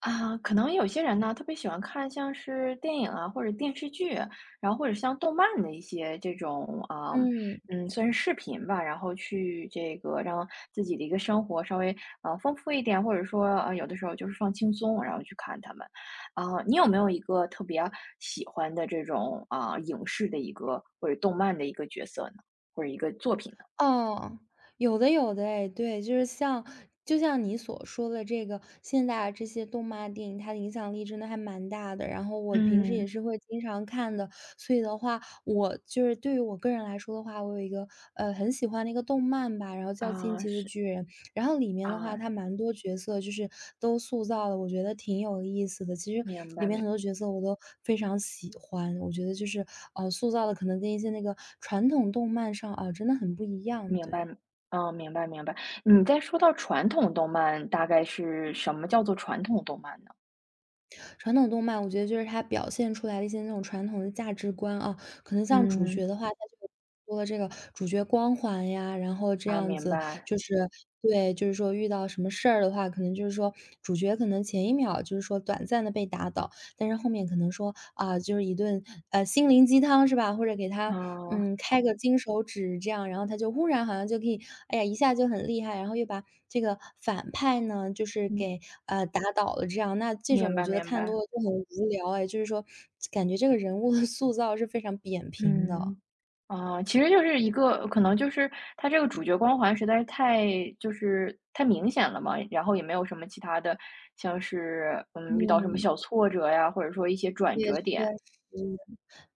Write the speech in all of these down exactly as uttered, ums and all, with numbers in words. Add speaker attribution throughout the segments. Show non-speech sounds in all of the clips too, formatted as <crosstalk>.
Speaker 1: 啊，可能有些人呢，特别喜欢看像是电影啊，或者电视剧，然后或者像动漫的一些这种啊，
Speaker 2: 嗯，
Speaker 1: 嗯，算是视频吧，然后去这个让自己的一个生活稍微呃丰富一点，或者说呃有的时候就是放轻松，然后去看他们。啊，你有没有一个特别喜欢的这种啊影视的一个或者动漫的一个角色呢，或者一个作品呢？
Speaker 2: 哦，有的有的哎，对，就是像就像你所说的这个，现在这些动漫电影，它的影响力真的还蛮大的。然后我平时也
Speaker 1: 嗯，
Speaker 2: 是会经常看的，所以的话，我就是对于我个人来说的话，我有一个呃很喜欢的一个动漫吧，然后叫《进
Speaker 1: 啊，
Speaker 2: 击的
Speaker 1: 是
Speaker 2: 巨人》。然后里面的话，
Speaker 1: 啊，
Speaker 2: 它蛮多角色就是都塑造的，我觉得挺有意思的。其实
Speaker 1: 明
Speaker 2: 里
Speaker 1: 白
Speaker 2: 面
Speaker 1: 明
Speaker 2: 很
Speaker 1: 白。
Speaker 2: 多角色我都非常喜欢，我觉得就是呃，塑造的可能跟一些那个传统动漫上啊、真的很不一样。
Speaker 1: 明白，
Speaker 2: 对，
Speaker 1: 嗯，明白明白。你在说到传统动漫，大概是什么叫做传统动漫呢？
Speaker 2: 传统动漫我觉得就是它表现出来的一些那种传统的价值观啊，可能像主
Speaker 1: 嗯，
Speaker 2: 角的话，它就多了这个主角光环呀，然后这
Speaker 1: 啊，
Speaker 2: 样
Speaker 1: 明
Speaker 2: 子
Speaker 1: 白，
Speaker 2: 就是对，就是说遇到什么事儿的话，可能就是说主角可能前一秒就是说短暂的被打倒，但是后面可能说啊，就是一顿呃心灵鸡汤是吧？或者给他
Speaker 1: 啊，
Speaker 2: 嗯，开个金手指这样，然后他就忽然好像就可以，哎呀，一下就很厉害，然后又把这个反派呢，就是
Speaker 1: 嗯，
Speaker 2: 给呃打倒了这样。那这
Speaker 1: 明
Speaker 2: 种我
Speaker 1: 白
Speaker 2: 觉得
Speaker 1: 明
Speaker 2: 看
Speaker 1: 白，
Speaker 2: 多了就很无聊哎，就是说感觉这个人物的塑造是非常扁平的。
Speaker 1: 嗯，啊，其实就是一个可能就是它这个主角光环实在是太就是太明显了嘛，然后也没有什么其他的，像是嗯遇到什么
Speaker 2: 嗯，
Speaker 1: 小挫折呀，或者说一些转
Speaker 2: 也确
Speaker 1: 折点，
Speaker 2: 实。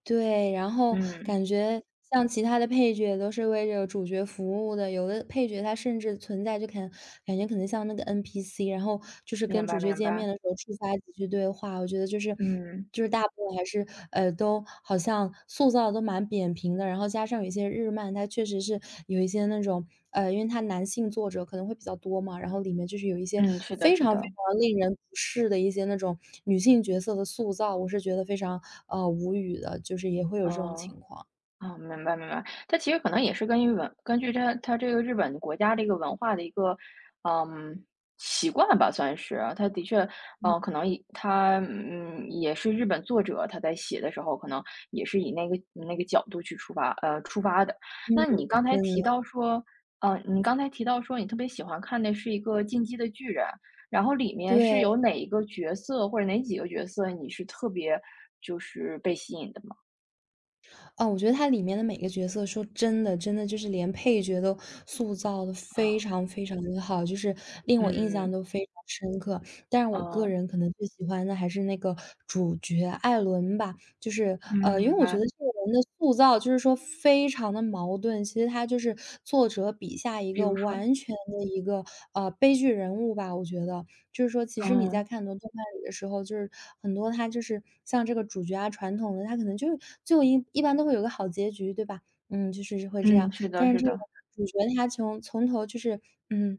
Speaker 2: 对，然后
Speaker 1: 嗯，
Speaker 2: 感觉像其他的配角都是为这个主角服务的，有的配角他甚至存在就感感觉可能像那个 N P C，然后就是
Speaker 1: 明
Speaker 2: 跟
Speaker 1: 白
Speaker 2: 主角
Speaker 1: 明
Speaker 2: 见
Speaker 1: 白，
Speaker 2: 面的时候触发几句对话，我觉得就是
Speaker 1: 嗯
Speaker 2: 就是大部分还是，呃，都好像塑塑造的都蛮扁平的，然后加上有一些日漫，它确实是有一些那种呃，因为它男性作者可能会比较多嘛，然后里面就是有一些
Speaker 1: 嗯，是的
Speaker 2: 非
Speaker 1: 是
Speaker 2: 常非
Speaker 1: 的，
Speaker 2: 常令人不适的一些那种女性角色的塑造，我是觉得非常，呃，无语的，就是也会有这种
Speaker 1: 嗯。
Speaker 2: 情况。
Speaker 1: 啊，明白明白。它其实可能也是根据文根据它它这个日本国家的一个文化的一个，嗯，习惯吧，算是。它的确，嗯可能以它嗯，也是日本作者他在写的时候，可能也是以那个那个角度去出发呃，出发的。
Speaker 2: 嗯，
Speaker 1: 那你刚才
Speaker 2: 真的，
Speaker 1: 提到说呃，你刚才提到说你特别喜欢看的是一个《进击的巨人》，然后里面是
Speaker 2: 对。
Speaker 1: 有哪一个角色或者哪几个角色你是特别就是被吸引的吗？
Speaker 2: 哦，我觉得它里面的每个角色，说真的，真的就是连配角都塑造的非
Speaker 1: 啊
Speaker 2: 常非常的好，就是令我印象
Speaker 1: 嗯。
Speaker 2: 都非常深刻。但是我个
Speaker 1: 哦，
Speaker 2: 人可能最喜欢的还是那个主角艾伦吧，就是，
Speaker 1: 嗯，
Speaker 2: 呃，因
Speaker 1: 明
Speaker 2: 为我觉
Speaker 1: 白。
Speaker 2: 得这个人的塑造就是说非常的矛盾，其实他就是作者笔下一
Speaker 1: 比
Speaker 2: 个
Speaker 1: 如说
Speaker 2: 完全的一个，呃，悲剧人物吧，我觉得。就是说其实你在
Speaker 1: 嗯，
Speaker 2: 看很多动漫里的时候，就是很多它就是像这个主角啊，传统的，它可能就就一一般都会有个好结局，对吧？嗯，就是会这
Speaker 1: 嗯，
Speaker 2: 样。
Speaker 1: 是的，
Speaker 2: 但是
Speaker 1: 是
Speaker 2: 这个
Speaker 1: 的，
Speaker 2: 主角他从从头就是嗯，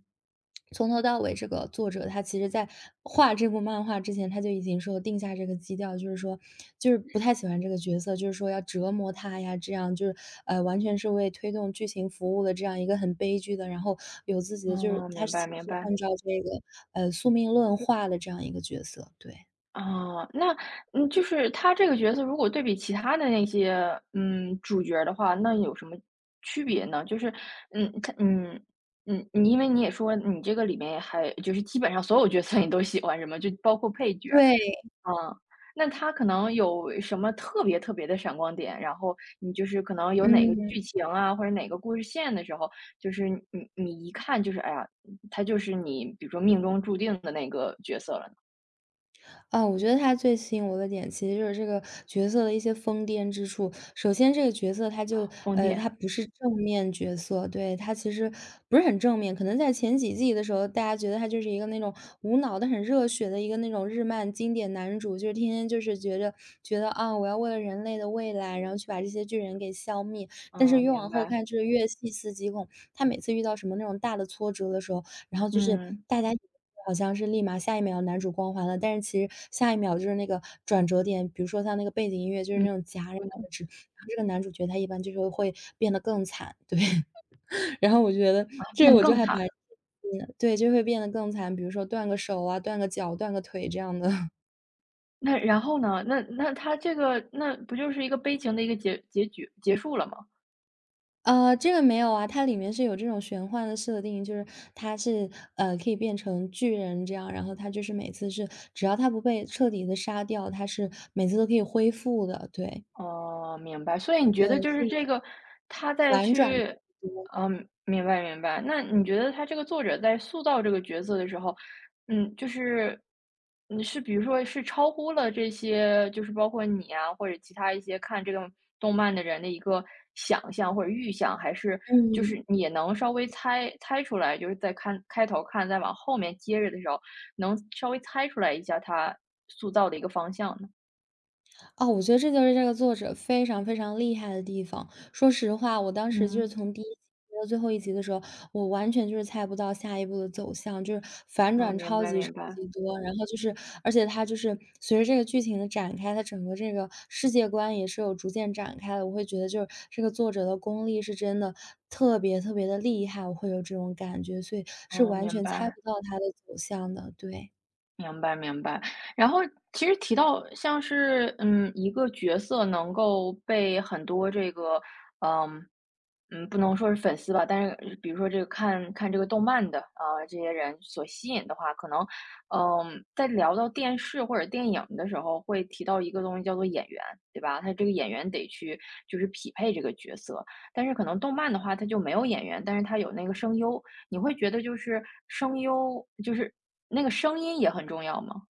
Speaker 2: 从头到尾，这个作者他其实在画这部漫画之前，他就已经说定下这个基调，就是说就是不太喜欢这个角色，就是说要折磨他呀，这样就是呃，完全是为推动剧情服务的这样一个很悲剧的，然后有自己的就是
Speaker 1: 嗯，
Speaker 2: 他
Speaker 1: 明
Speaker 2: 其
Speaker 1: 白，
Speaker 2: 实
Speaker 1: 明
Speaker 2: 是
Speaker 1: 白。
Speaker 2: 按照这个呃，宿命论化的这样一个角色，对。
Speaker 1: 哦，那嗯，就是他这个角色如果对比其他的那些，嗯，主角儿的话，那有什么区别呢？就是，嗯，他嗯，嗯，你因为你也说你这个里面还就是基本上所有角色你都喜欢，什么，就包括配角。
Speaker 2: 对，
Speaker 1: 嗯，那它可能有什么特别特别的闪光点，然后你就是可能有哪个
Speaker 2: 嗯。
Speaker 1: 剧情啊，或者哪个故事线的时候，就是你你一看就是，哎呀，它就是你比如说命中注定的那个角色了呢，
Speaker 2: 啊，我觉得他最吸引我的点，其实就是这个角色的一些疯癫之处。首先这个角色他就
Speaker 1: 疯
Speaker 2: 呃，
Speaker 1: 癫。
Speaker 2: 他不是正面角色，对，他其实不是很正面。可能在前几季的时候，大家觉得他就是一个那种无脑的、很热血的一个那种日漫经典男主，就是天天就是觉着觉得，啊，我要为了人类的未来，然后去把这些巨人给消灭。但是
Speaker 1: 嗯，
Speaker 2: 越
Speaker 1: 明
Speaker 2: 往后
Speaker 1: 白，
Speaker 2: 看就是越细思极恐，他每次遇到什么那种大的挫折的时候，然后就是
Speaker 1: 嗯，
Speaker 2: 大家以为好像是立马下一秒男主光环了，但是其实下一秒就是那个转折点，比如说像那个背景音乐就是
Speaker 1: 嗯，
Speaker 2: 那种戛然
Speaker 1: 说
Speaker 2: 而止，然后这个男主角他一般就是会变得更惨，对。<laughs> 然后我觉得
Speaker 1: 啊，
Speaker 2: 这
Speaker 1: 变得
Speaker 2: 我就
Speaker 1: 更
Speaker 2: 还
Speaker 1: 惨。
Speaker 2: 蛮 <laughs> 震惊的，对，就会变得更惨，比如说断个手啊、断个脚、断个腿这样的。
Speaker 1: 那然后呢？那那他这个那不就是一个悲情的一个结结局结束了吗？
Speaker 2: 呃，这个没有啊，它里面是有这种玄幻的设定，就是它是呃可以变成巨人这样，然后它就是每次是只要它不被彻底的杀掉，它是每次都可以恢复的，对，
Speaker 1: 哦，明白。所以你觉得
Speaker 2: 对，
Speaker 1: 就是
Speaker 2: 所
Speaker 1: 这
Speaker 2: 以
Speaker 1: 个，他在
Speaker 2: 反转特
Speaker 1: 去，
Speaker 2: 别多。
Speaker 1: 嗯，明白明白。那你觉得他这个作者在塑造这个角色的时候，嗯，就是，你是比如说是超乎了这些，就是包括你啊，或者其他一些看这个动漫的人的一个想象或者预想，还是就
Speaker 2: 嗯，
Speaker 1: 是你也能稍微猜猜出来，就是在看开头看，再往后面接着的时候，能稍微猜出来一下他塑造的一个方向呢？
Speaker 2: 哦，我觉得这就是这个作者非常非常厉害的地方。说实话，我当时就是
Speaker 1: 嗯，
Speaker 2: 从第一集追到最后一集的时候，我完全就是猜不到下一步的走向，就是反
Speaker 1: 啊，
Speaker 2: 转
Speaker 1: 明
Speaker 2: 超
Speaker 1: 白
Speaker 2: 级超
Speaker 1: 明白。
Speaker 2: 级多。然后就是而且它就是随着这个剧情的展开，它整个这个世界观也是有逐渐展开的。我会觉得就是这个作者的功力是真的特别特别的厉害，我会有这种感觉，所以是
Speaker 1: 哦，
Speaker 2: 完
Speaker 1: 明
Speaker 2: 全猜
Speaker 1: 白，
Speaker 2: 不到它的走向的，对。
Speaker 1: 明白，明白。然后其实提到像是，嗯，一个角色能够被很多这个，嗯，嗯，不能说是粉丝吧，但是比如说这个看看这个动漫的啊、呃这些人所吸引的话，可能，嗯，在聊到电视或者电影的时候，会提到一个东西叫做演员，对吧？他这个演员得去就是匹配这个角色，但是可能动漫的话，它就没有演员，但是它有那个声优。你会觉得就是声优就是那个声音也很重要吗？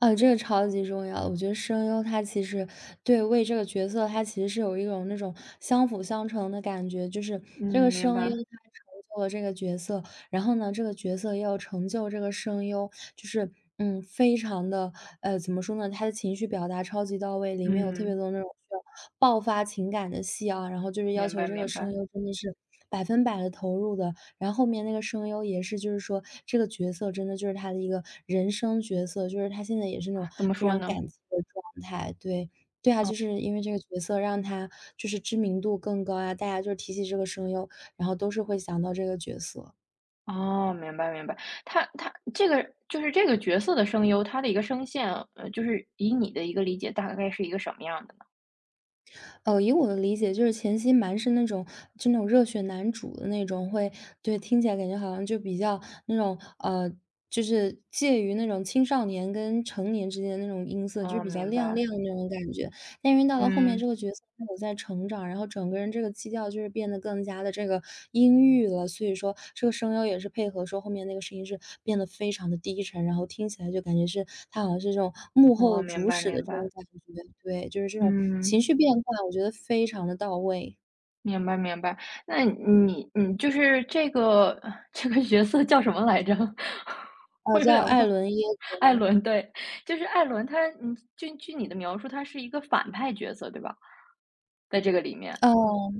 Speaker 2: 呃，这个超级重要。我觉得声优他其实对为这个角色，他其实是有一种那种相辅相成的感觉，就是这个
Speaker 1: 嗯，明
Speaker 2: 声优
Speaker 1: 白，
Speaker 2: 他成就了这个角色，然后呢，这个角色要成就这个声优，就是嗯，非常的呃，怎么说呢？他的情绪表达超级到位，里面有特别
Speaker 1: 嗯，
Speaker 2: 多那种需要爆发情感的戏啊，然后就是要
Speaker 1: 明
Speaker 2: 求
Speaker 1: 白
Speaker 2: 这个
Speaker 1: 明
Speaker 2: 声
Speaker 1: 白，
Speaker 2: 优真的是百分百的投入的，然后后面那个声优也是就是说，这个角色真的就是他的一个人生角色，就是他现在也是那种
Speaker 1: 啊，怎么
Speaker 2: 非
Speaker 1: 说
Speaker 2: 常
Speaker 1: 呢？
Speaker 2: 感激的状态。对，对啊，就是因为这个角色让他就是知名度更高啊，大家就是提起这个声优，然后都是会想到这个角色。
Speaker 1: 哦，明白明白，他他这个就是这个角色的声优，他的一个声线，呃，就是以你的一个理解，大概是一个什么样的呢？
Speaker 2: 呃，以我的理解，就是前期蛮是那种就那种热血男主的那种，会，对，听起来感觉好像就比较那种，呃，就是介于那种青少年跟成年之间的那种音色，就是
Speaker 1: 哦，
Speaker 2: 比较
Speaker 1: 明
Speaker 2: 亮
Speaker 1: 白，
Speaker 2: 亮的那种感觉。但因为到了后面
Speaker 1: 嗯，
Speaker 2: 这个角色他有在成长，然后整个人这个基调就是变得更加的这个阴郁了，所以说这个声优也是配合说后面那个声音是变得非常的低沉，然后听起来就感觉是他好像是这种幕后
Speaker 1: 哦，
Speaker 2: 的
Speaker 1: 明
Speaker 2: 主
Speaker 1: 白
Speaker 2: 使的
Speaker 1: 明
Speaker 2: 这
Speaker 1: 白，
Speaker 2: 种感觉。对，就是这种情
Speaker 1: 嗯。
Speaker 2: 绪变化，我觉得非常的到位。
Speaker 1: 明白明白，那你你就是这个 <laughs> 这个角色叫什么来着？<laughs> 我
Speaker 2: 哦，
Speaker 1: 有
Speaker 2: 叫
Speaker 1: 点
Speaker 2: 艾
Speaker 1: 忘。
Speaker 2: 伦·耶格
Speaker 1: 艾
Speaker 2: 尔，
Speaker 1: 伦，对，就是艾伦他，嗯，据据你的描述，他是一个反派角色，对吧？在这个里面，
Speaker 2: 哦。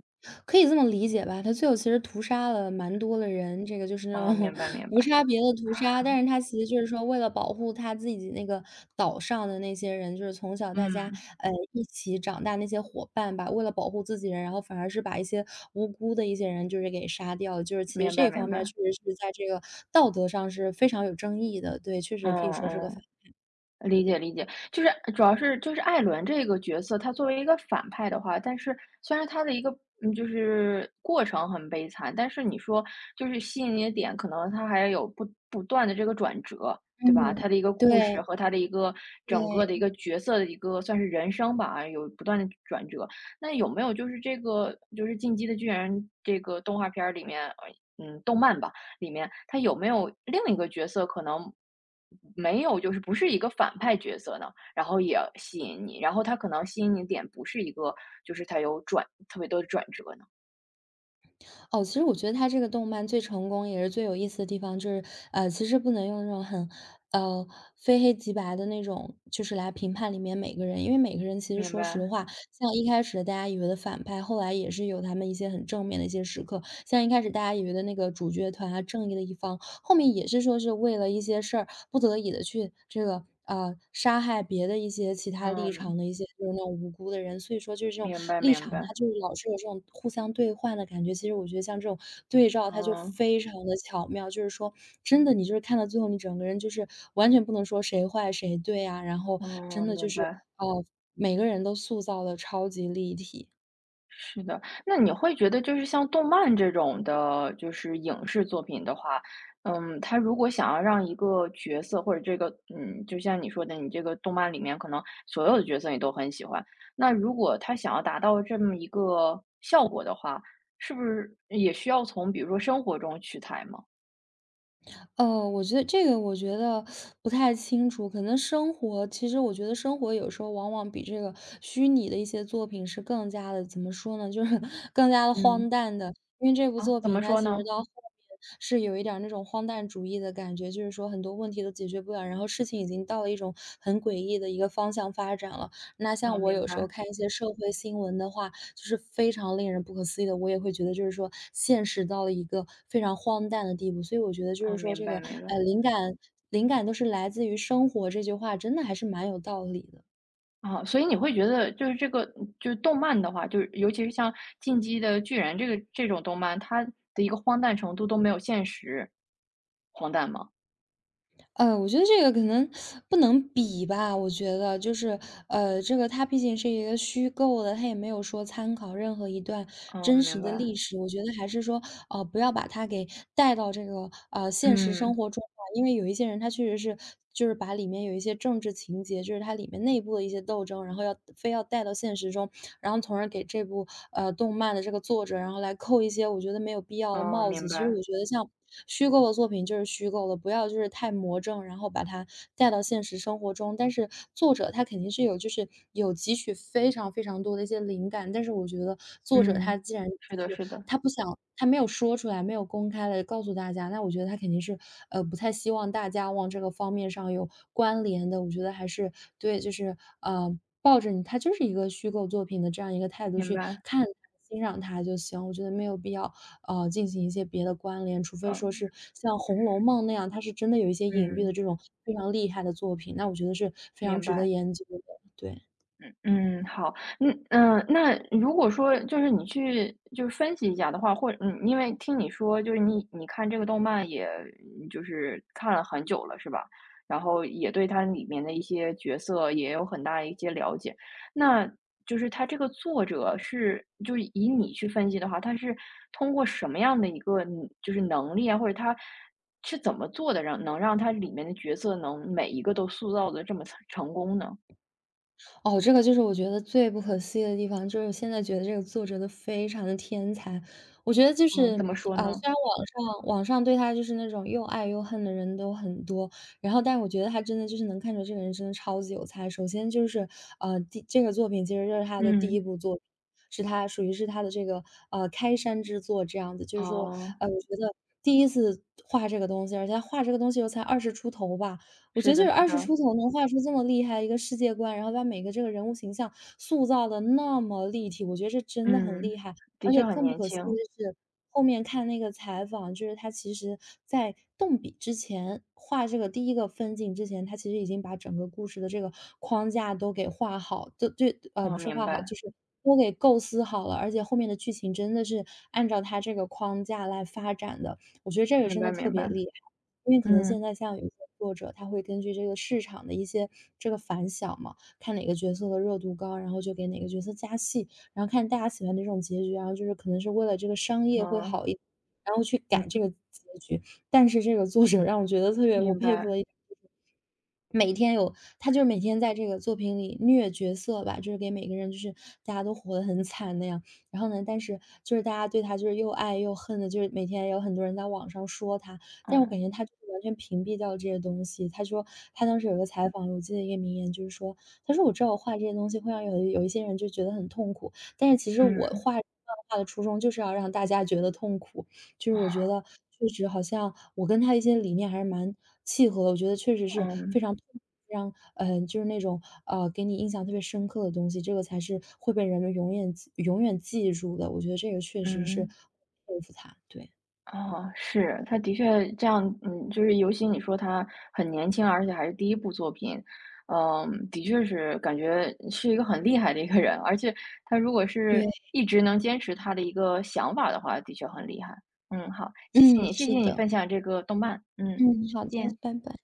Speaker 2: 可以这么理解吧，他最后其实屠杀了蛮多的人，这个就是那种
Speaker 1: 啊，明白
Speaker 2: <laughs>
Speaker 1: 明
Speaker 2: 无
Speaker 1: 白，
Speaker 2: 差别的屠杀。但是他其实就是说，为了保护他自己那个岛上的那些人，就是从小大家
Speaker 1: 嗯，
Speaker 2: 呃一起长大那些伙伴吧，为了保护自己人，然后反而是把一些无辜的一些人就是给杀掉了。就是其
Speaker 1: 明
Speaker 2: 实
Speaker 1: 白
Speaker 2: 这
Speaker 1: 明
Speaker 2: 方面
Speaker 1: 白，
Speaker 2: 确实是在这个道德上是非常有争议的，对，确
Speaker 1: 嗯
Speaker 2: 实可以说是个反。
Speaker 1: 嗯。理解理解，就是主要是就是艾伦这个角色，他作为一个反派的话，但是虽然他的一个嗯，就是过程很悲惨，但是你说就是吸引你的点，可能他还有不不断的这个转折，对吧？
Speaker 2: 嗯，
Speaker 1: 他的一个故事
Speaker 2: 对，
Speaker 1: 和他的一个整个的一
Speaker 2: 对。
Speaker 1: 个角色的一个算是人生吧，有不断的转折。那有没有就是这个就是《进击的巨人》这个动画片儿里面，呃嗯，动漫吧？里面，他有没有另一个角色可能没有，就是不是一个反派角色呢？然后也吸引你，然后他可能吸引你的点不是一个，就是他有转特别多的转折呢？
Speaker 2: 哦，其实我觉得它这个动漫最成功也是最有意思的地方，就是，呃，其实不能用那种很，呃，非黑即白的那种，就是来评判里面每个人，因为每个人其实
Speaker 1: 明
Speaker 2: 说
Speaker 1: 白，
Speaker 2: 实话，像一开始大家以为的反派，后来也是有他们一些很正面的一些时刻。像一开始大家以为的那个主角团啊，正义的一方，后面也是说是为了一些事儿，不得已的去这个，啊杀害别的一些其他立
Speaker 1: 嗯，
Speaker 2: 场的一些就是那种无辜的人。所以说就是这种
Speaker 1: 明白
Speaker 2: 立
Speaker 1: 明
Speaker 2: 场，
Speaker 1: 白，
Speaker 2: 它就是老是有这种互相对换的感觉。其实我觉得像这种对照，它就
Speaker 1: 嗯
Speaker 2: 非常的巧妙，就是说真的你就是看到最后，你整个人就是完全不能说谁坏谁对啊，然后
Speaker 1: 嗯，
Speaker 2: 真的就
Speaker 1: 明
Speaker 2: 是，
Speaker 1: 白。
Speaker 2: 呃，每个人都塑造的超级立体。
Speaker 1: 是的，那你会觉得就是像动漫这种的，就是影视作品的话，嗯，它如果想要让一个角色或者这个，嗯，就像你说的，你这个动漫里面可能所有的角色你都很喜欢，那如果他想要达到这么一个效果的话，是不是也需要从比如说生活中取材吗？
Speaker 2: 呃，我觉得这个我觉得不太清楚，可能生活其实我觉得生活有时候往往比这个虚拟的一些作品是更加的，怎么说呢，就是 <laughs> 更加的荒
Speaker 1: 嗯，
Speaker 2: 诞的。因为这部
Speaker 1: 啊，
Speaker 2: 作
Speaker 1: 怎么
Speaker 2: 品它
Speaker 1: 说
Speaker 2: 其实
Speaker 1: 呢？
Speaker 2: 到后面是有一点儿那种荒诞主义的感觉，就是说很多问题都解决不了，然后事情已经到了一种很诡异的一个方向发展了。那
Speaker 1: 啊，
Speaker 2: 像我
Speaker 1: 明
Speaker 2: 有时候
Speaker 1: 白，
Speaker 2: 看一些社会新闻的话，就是非常令人不可思议的。我也会觉得就是说现实到了一个非常荒诞的地步，所以我觉得就
Speaker 1: 啊，
Speaker 2: 是说
Speaker 1: 明
Speaker 2: 这
Speaker 1: 白
Speaker 2: 个，
Speaker 1: 明
Speaker 2: 呃，
Speaker 1: 白。
Speaker 2: 灵感灵感都是来自于生活这句话，真的还是蛮有道理的。
Speaker 1: 啊，所以你会觉得就是这个就是动漫的话，就是尤其是像《进击的巨人》这个这种动漫，它的一个荒诞程度都没有现实荒诞吗？
Speaker 2: 呃，我觉得这个可能不能比吧，我觉得就是，呃，这个它毕竟是一个虚构的，它也没有说参考任何一段
Speaker 1: 嗯，
Speaker 2: 真实
Speaker 1: 明
Speaker 2: 的
Speaker 1: 白，
Speaker 2: 历史。我觉得还是说，呃，不要把它给带到这个呃现实生
Speaker 1: 嗯，
Speaker 2: 活中吧，因为有一些人他确实是就是把里面有一些政治情节，就是它里面内部的一些斗争，然后要非要带到现实中，然后从而给这部呃动漫的这个作者，然后来扣一些我觉得没有必要的
Speaker 1: 哦，
Speaker 2: 帽
Speaker 1: 明
Speaker 2: 子。其实
Speaker 1: 白，
Speaker 2: 我觉得像虚构的作品就是虚构的，不要就是太魔怔，然后把它带到现实生活中。但是作者他肯定是有就是有汲取非常非常多的一些灵感，但是我觉得作者他
Speaker 1: 嗯，
Speaker 2: 既然就
Speaker 1: 是的，
Speaker 2: 是
Speaker 1: 是的，
Speaker 2: 他不想他没有说出来，没有公开的告诉大家，那我觉得他肯定是，呃，不太希望大家往这个方面上有关联的。我觉得还是对，就是，呃，抱着你它就是一个虚构作品的这样一个态度
Speaker 1: 明
Speaker 2: 去
Speaker 1: 白，
Speaker 2: 看它、欣赏它就行，我觉得没有必要呃，进行一些别的关联，除非说
Speaker 1: 嗯，
Speaker 2: 是像《红楼梦》那样，它是真的有一些隐喻
Speaker 1: 嗯，
Speaker 2: 的这种非常厉害的作品，那我觉得是非常
Speaker 1: 明
Speaker 2: 值得
Speaker 1: 白。
Speaker 2: 研究的，对。
Speaker 1: 嗯，好，嗯嗯，呃那如果说就是你去就是分析一下的话，或者嗯，因为听你说就是你你看这个动漫也就是看了很久了，是吧？然后也对它里面的一些角色也有很大一些了解，那就是它这个作者是就是以你去分析的话，他是通过什么样的一个嗯就是能力啊，或者他是怎么做的让能让他里面的角色能每一个都塑造的这么成成功呢？
Speaker 2: 哦，这个就是我觉得最不可思议的地方，就是我现在觉得这个作者都非常的天才。我觉得就是，
Speaker 1: 嗯，怎么说
Speaker 2: 啊、
Speaker 1: 呢？
Speaker 2: 虽然网上网上对他就是那种又爱又恨的人都很多，然后，但我觉得他真的就是能看出这个人真的超级有才。首先就是，呃，第这个作品其实就是他的第一
Speaker 1: 嗯，
Speaker 2: 部作品，是他属于是他的这个呃开山之作这样子，就是说，
Speaker 1: 哦，
Speaker 2: 呃，我觉得第一次画这个东西，而且他画这个东西又才二十出头吧，我觉
Speaker 1: 是
Speaker 2: 得就
Speaker 1: 的，
Speaker 2: 是
Speaker 1: 是
Speaker 2: 二十
Speaker 1: 的，
Speaker 2: 出头能画出这么厉害一个世界观，然后把每个这个人物形象塑造的那么立体，我觉得这真的很厉
Speaker 1: 嗯，
Speaker 2: 害。
Speaker 1: 的
Speaker 2: 而且
Speaker 1: 确很
Speaker 2: 更不
Speaker 1: 年
Speaker 2: 可思议的
Speaker 1: 轻，
Speaker 2: 是，后面看那个采访，就是他其实在动笔之前，画这个第一个分镜之前，他其实已经把整个故事的这个框架都给画好，就就呃，
Speaker 1: 哦，
Speaker 2: 不是
Speaker 1: 明
Speaker 2: 画好，
Speaker 1: 白，
Speaker 2: 就是都给构思好了。而且后面的剧情真的是按照他这个框架来发展的，我觉得这个
Speaker 1: 明
Speaker 2: 真
Speaker 1: 白，
Speaker 2: 的特
Speaker 1: 明
Speaker 2: 别
Speaker 1: 白，
Speaker 2: 厉害。因为可能现
Speaker 1: 嗯，
Speaker 2: 在像有一些作者，他会根据这个市场的一些这个反响嘛，看哪个角色的热度高，然后就给哪个角色加戏，然后看大家喜欢哪种结局，然后就是可能是为了这个商业会
Speaker 1: 哦，
Speaker 2: 好一点，然后去改这
Speaker 1: 嗯，
Speaker 2: 个结局。但是这个作者让我觉得特别我
Speaker 1: 明
Speaker 2: 佩
Speaker 1: 白，
Speaker 2: 服的一点每天有他就是每天在这个作品里虐角色吧，就是给每个人就是大家都活得很惨那样。然后呢，但是就是大家对他就是又爱又恨的，就是每天也有很多人在网上说他，但是我
Speaker 1: 嗯，
Speaker 2: 感觉他就是完全屏蔽掉这些东西。他说他当时有一个采访，我记得一个名言就是说，他说我知道我画这些东西会让有有一些人就觉得很痛苦，但是其实我
Speaker 1: 嗯，
Speaker 2: 画漫画的初衷就是要让大家觉得痛苦。就是我觉得确实好像我跟他一些理念还是蛮契合的，我觉得确实是非
Speaker 1: 嗯，
Speaker 2: 常非常，嗯，呃就是那种，呃，给你印象特别深刻的东西，这个才是会被人们永远记永远记住的，我觉得这个确实是
Speaker 1: 嗯。
Speaker 2: 佩服他，对。
Speaker 1: 哦，是，他的确这样，嗯，就是尤其你说他很年轻，而且还是第一部作品，嗯，的确是感觉是一个很厉害的一个人，而且他如果是
Speaker 2: 对，
Speaker 1: 一直能坚持他的一个想法的话，的确很厉害。嗯，好，谢谢
Speaker 2: 嗯，
Speaker 1: 你，谢
Speaker 2: 是
Speaker 1: 谢你
Speaker 2: 的，
Speaker 1: 分享这个动漫，嗯，
Speaker 2: 嗯，好
Speaker 1: 再
Speaker 2: 的，
Speaker 1: 见。
Speaker 2: 拜拜。